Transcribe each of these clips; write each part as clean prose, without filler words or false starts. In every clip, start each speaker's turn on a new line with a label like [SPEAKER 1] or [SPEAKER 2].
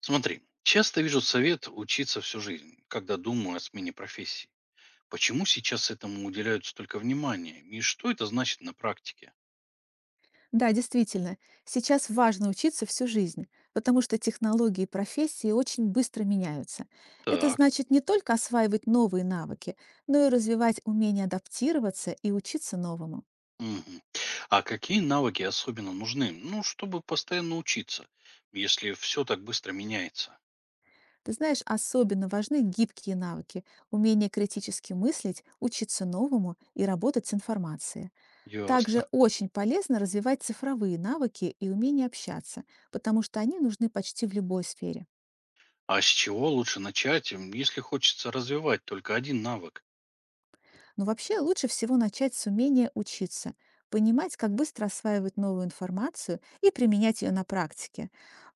[SPEAKER 1] Смотри, часто вижу совет учиться всю жизнь, когда думаю о смене профессии. Почему сейчас этому уделяют столько внимания и что это значит на практике?
[SPEAKER 2] Да, действительно, сейчас важно учиться всю жизнь, потому что технологии и профессии очень быстро меняются. Это
[SPEAKER 1] Так.
[SPEAKER 2] значит не только осваивать новые навыки, но и развивать умение адаптироваться и учиться новому.
[SPEAKER 1] Мгм. А какие навыки особенно нужны? Ну, чтобы постоянно учиться, если все так быстро меняется.
[SPEAKER 2] Ты знаешь, особенно важны гибкие навыки, умение критически мыслить, учиться новому и работать с информацией.
[SPEAKER 1] Ясно.
[SPEAKER 2] Также очень полезно развивать цифровые навыки и умение общаться, потому что они нужны почти в любой сфере.
[SPEAKER 1] А с чего лучше начать, м, если хочется развивать только один навык?
[SPEAKER 2] Но вообще лучше всего начать с умения учиться, понимать, как быстро осваивать новую информацию и применять ее на практике.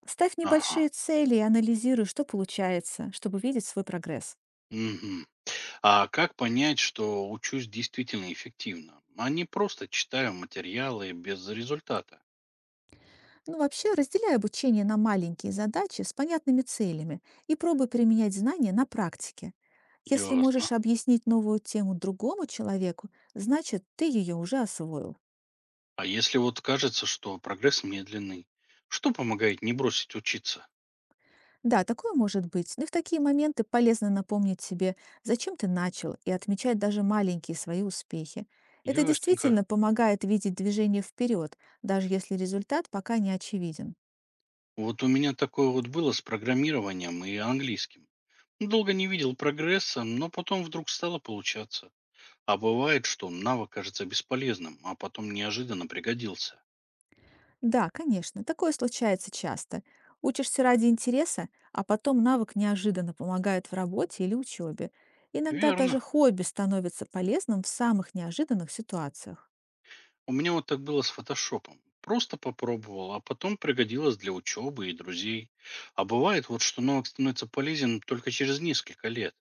[SPEAKER 2] Ставь
[SPEAKER 1] Ага.
[SPEAKER 2] небольшие цели и анализируй, что получается, чтобы видеть свой прогресс.
[SPEAKER 1] Мгм. А как понять, что учусь действительно эффективно, а не просто читаю материалы без результата?
[SPEAKER 2] Ну, вообще, разделяй обучение на маленькие задачи с понятными целями и пробуй применять знания на практике. Если
[SPEAKER 1] Ясно.
[SPEAKER 2] можешь объяснить новую тему другому человеку, значит, ты ее уже освоил.
[SPEAKER 1] А если вот кажется, что прогресс медленный, что помогает не бросить учиться?
[SPEAKER 2] Да, такое может быть. Но и в такие моменты полезно напомнить себе, зачем ты начал, и отмечать даже маленькие свои успехи. Это
[SPEAKER 1] Ясненько.
[SPEAKER 2] действительно помогает видеть движение вперед, даже если результат пока не очевиден.
[SPEAKER 1] Вот у меня такое вот было с программированием и английским. Долго не видел прогресса, но потом вдруг стало получаться. А бывает, что навык кажется бесполезным, а потом неожиданно пригодился.
[SPEAKER 2] Да, конечно, такое случается часто. Учишься ради интереса, а потом навык неожиданно помогает в работе или учебе. Иногда
[SPEAKER 1] Верно.
[SPEAKER 2] даже хобби становится полезным в самых неожиданных ситуациях.
[SPEAKER 1] У меня вот так было с фотошопом. Просто попробовал, а потом пригодилось для учебы и друзей. А бывает вот, что навык становится полезен только через несколько лет.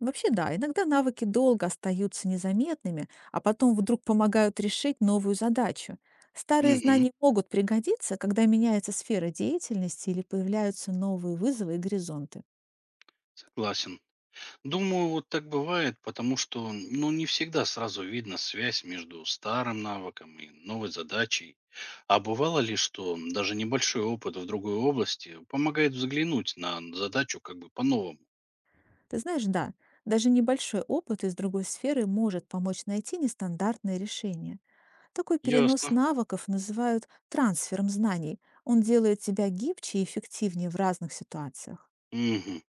[SPEAKER 2] Вообще, да, иногда навыки долго остаются незаметными, а потом вдруг помогают решить новую задачу. Старые
[SPEAKER 1] Угу,
[SPEAKER 2] знания могут пригодиться, когда меняется сфера деятельности или появляются новые вызовы и горизонты.
[SPEAKER 1] согласен. Думаю, вот так бывает, потому что, ну, не всегда сразу видно связь между старым навыком и новой задачей. А бывало ли, что даже небольшой опыт в другой области помогает взглянуть на задачу как бы по-новому?
[SPEAKER 2] Ты знаешь, да, даже небольшой опыт из другой сферы может помочь найти нестандартное решение. Такой перенос
[SPEAKER 1] Ясно.
[SPEAKER 2] навыков называют трансфером знаний. Он делает тебя гибче и эффективнее в разных ситуациях.
[SPEAKER 1] Мгм.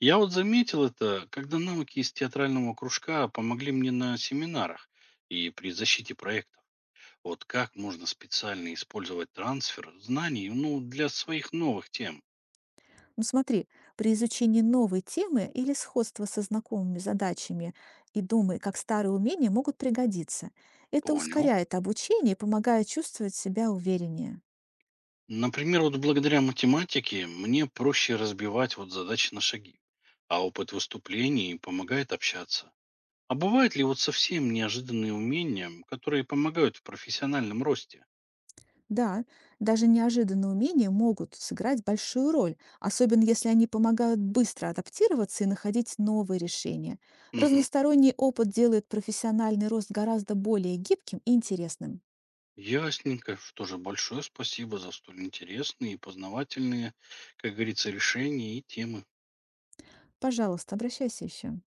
[SPEAKER 1] Я вот заметил это, когда навыки из театрального кружка помогли мне на семинарах и при защите проектов. Вот как можно специально использовать трансфер знаний, ну, для своих новых тем?
[SPEAKER 2] Ну смотри, при изучении новой темы или сходства со знакомыми задачами и думай, как старые умения могут пригодиться. Это
[SPEAKER 1] Понял.
[SPEAKER 2] ускоряет обучение и помогает чувствовать себя увереннее.
[SPEAKER 1] Например, вот благодаря математике мне проще разбивать вот задачи на шаги, а опыт выступлений помогает общаться. А бывают ли вот совсем неожиданные умения, которые помогают в профессиональном росте?
[SPEAKER 2] Да, даже неожиданные умения могут сыграть большую роль, особенно если они помогают быстро адаптироваться и находить новые решения.
[SPEAKER 1] Мгм.
[SPEAKER 2] Разносторонний опыт делает профессиональный рост гораздо более гибким и интересным.
[SPEAKER 1] Ясненько. Что же, большое спасибо за столь интересные и познавательные, как говорится, решения и темы.
[SPEAKER 2] Пожалуйста, обращайся еще.